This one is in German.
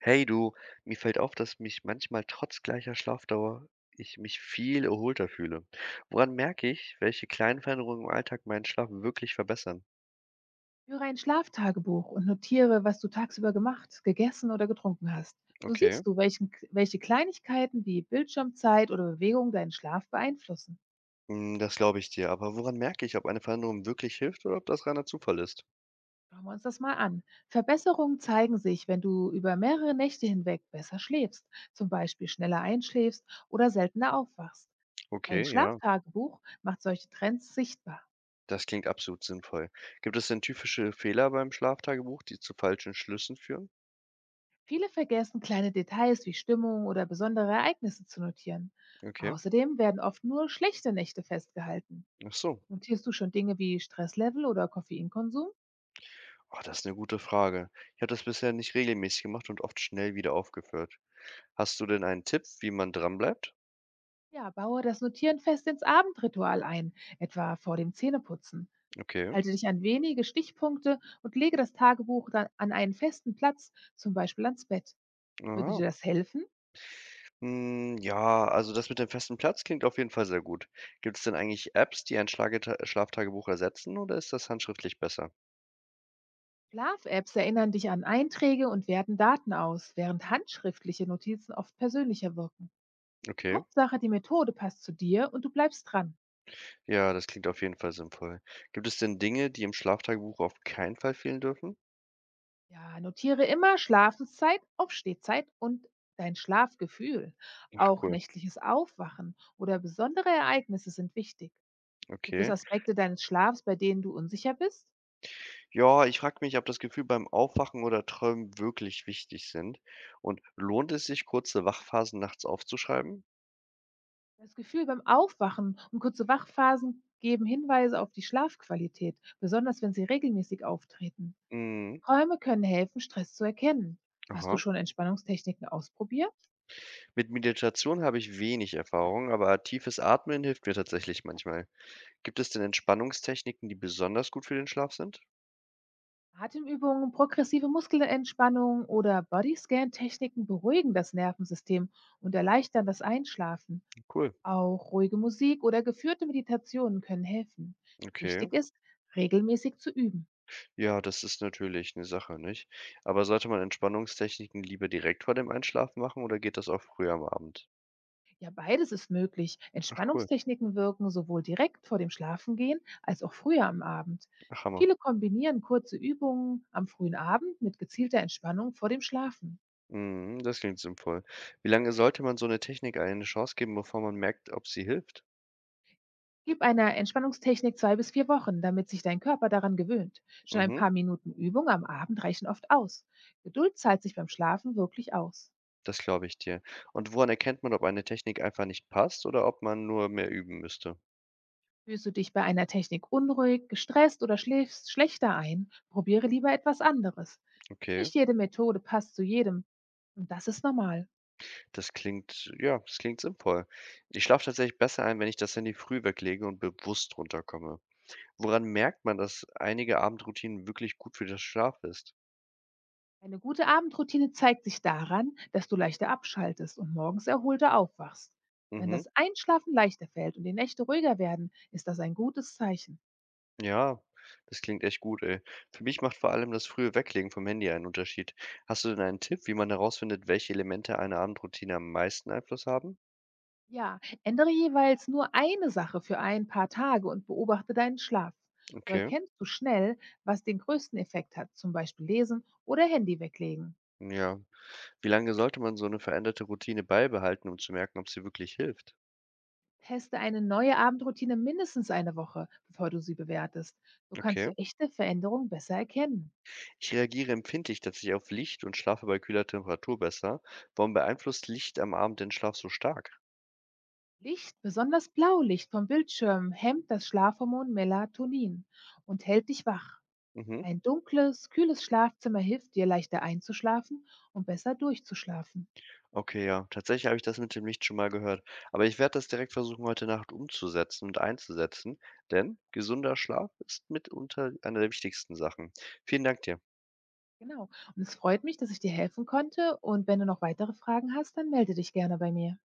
Hey du, mir fällt auf, dass mich manchmal trotz gleicher Schlafdauer ich mich viel erholter fühle. Woran merke ich, welche kleinen Veränderungen im Alltag meinen Schlaf wirklich verbessern? Führe ein Schlaftagebuch und notiere, was du tagsüber gemacht, gegessen oder getrunken hast. So Okay, siehst du, welche Kleinigkeiten wie Bildschirmzeit oder Bewegung deinen Schlaf beeinflussen. Das glaube ich dir. Aber woran merke ich, ob eine Veränderung wirklich hilft oder ob das reiner Zufall ist? Schauen wir uns das mal an. Verbesserungen zeigen sich, wenn du über mehrere Nächte hinweg besser schläfst, zum Beispiel schneller einschläfst oder seltener aufwachst. Ein Okay, ja, Schlaftagebuch macht solche Trends sichtbar. das klingt absolut sinnvoll. Gibt es denn typische Fehler beim Schlaftagebuch, die zu falschen Schlüssen führen? Viele vergessen, kleine Details wie Stimmung oder besondere Ereignisse zu notieren. Okay, Außerdem werden oft nur schlechte Nächte festgehalten. ach so. Notierst du schon Dinge wie Stresslevel oder Koffeinkonsum? Oh, das ist eine gute Frage. Ich habe das bisher nicht regelmäßig gemacht und oft schnell wieder aufgehört. Hast du denn einen Tipp, wie man dranbleibt? Ja, baue das Notieren fest ins Abendritual ein, etwa vor dem Zähneputzen. Okay, Halte dich an wenige Stichpunkte und lege das Tagebuch dann an einen festen Platz, zum Beispiel ans Bett. Würde dir aha. das helfen? Ja, also das mit dem festen Platz klingt auf jeden Fall sehr gut. Gibt es denn eigentlich Apps, die ein Schlageta Schlaftagebuch ersetzen oder ist das handschriftlich besser? Schlaf-Apps erinnern dich an Einträge und werten Daten aus, während handschriftliche Notizen oft persönlicher wirken. Okay, Hauptsache, die Methode passt zu dir und du bleibst dran. ja, das klingt auf jeden Fall sinnvoll. Gibt es denn Dinge, die im Schlaftagebuch auf keinen Fall fehlen dürfen? Ja, notiere immer Schlafenszeit, Aufstehzeit und dein Schlafgefühl. Ach Auch cool, nächtliches Aufwachen oder besondere Ereignisse sind wichtig. Gibt es okay. Aspekte deines Schlafs, bei denen du unsicher bist? Ja, ich frage mich, ob das Gefühl beim Aufwachen oder Träumen wirklich wichtig sind. Und lohnt es sich, kurze Wachphasen nachts aufzuschreiben? Das Gefühl beim Aufwachen und kurze Wachphasen geben Hinweise auf die Schlafqualität, besonders wenn sie regelmäßig auftreten. Mhm. Träume können helfen, Stress zu erkennen. Hast du Aha. schon Entspannungstechniken ausprobiert? Mit Meditation habe ich wenig Erfahrung, aber tiefes Atmen hilft mir tatsächlich manchmal. Gibt es denn Entspannungstechniken, die besonders gut für den Schlaf sind? Atemübungen, progressive Muskelentspannung oder Bodyscan-Techniken beruhigen das Nervensystem und erleichtern das Einschlafen. Cool, Auch ruhige Musik oder geführte Meditationen können helfen. okay. Wichtig ist, regelmäßig zu üben. Ja, das ist natürlich eine Sache, nicht? Aber sollte man Entspannungstechniken lieber direkt vor dem Einschlafen machen oder geht das auch früher am Abend? Ja, beides ist möglich. Ach cool, Entspannungstechniken wirken sowohl direkt vor dem Schlafengehen als auch früher am Abend. ach Hammer. Viele kombinieren kurze Übungen am frühen Abend mit gezielter Entspannung vor dem Schlafen. Mhm, das klingt sinnvoll. Wie lange sollte man so eine Technik eine Chance geben, bevor man merkt, ob sie hilft? Gib einer Entspannungstechnik 2 bis 4 Wochen, damit sich dein Körper daran gewöhnt. Schon ein Mhm, paar Minuten Übung am Abend reichen oft aus. Geduld zahlt sich beim Schlafen wirklich aus. das glaube ich dir. Und woran erkennt man, ob eine Technik einfach nicht passt oder ob man nur mehr üben müsste? Fühlst du dich bei einer Technik unruhig, gestresst oder schläfst schlechter ein, probiere lieber etwas anderes. Okay. Nicht jede Methode passt zu jedem. Und das ist normal. Das klingt ja, das klingt sinnvoll. Ich schlafe tatsächlich besser ein, wenn ich das Handy früh weglege und bewusst runterkomme. Woran merkt man, dass einige Abendroutinen wirklich gut für das Schlaf ist? Eine gute Abendroutine zeigt sich daran, dass du leichter abschaltest und morgens erholter aufwachst. Wenn Mhm. das Einschlafen leichter fällt und die Nächte ruhiger werden, ist das ein gutes Zeichen. Ja, das klingt echt gut, ey. Für mich macht vor allem das frühe Weglegen vom Handy einen Unterschied. Hast du denn einen Tipp, wie man herausfindet, welche Elemente einer Abendroutine am meisten Einfluss haben? Ja, ändere jeweils nur eine Sache für ein paar Tage und beobachte deinen Schlaf. So Okay. erkennst du schnell, was den größten Effekt hat, zum Beispiel Lesen oder Handy weglegen. Ja. Wie lange sollte man so eine veränderte Routine beibehalten, um zu merken, ob sie wirklich hilft? Teste eine neue Abendroutine mindestens eine Woche, bevor du sie bewertest. So kannst Okay. du echte Veränderungen besser erkennen. Ich reagiere empfindlich tatsächlich auf Licht und schlafe bei kühler Temperatur besser. Warum beeinflusst Licht am Abend den Schlaf so stark? Licht, besonders Blaulicht vom Bildschirm, hemmt das Schlafhormon Melatonin und hält dich wach. Mhm. Ein dunkles, kühles Schlafzimmer hilft dir leichter einzuschlafen und besser durchzuschlafen. Okay, ja. Tatsächlich habe ich das mit dem Licht schon mal gehört. Aber ich werde das direkt versuchen, heute Nacht umzusetzen und einzusetzen, denn gesunder Schlaf ist mitunter eine der wichtigsten Sachen. Vielen Dank dir. Genau. Und es freut mich, dass ich dir helfen konnte. Und wenn du noch weitere Fragen hast, dann melde dich gerne bei mir.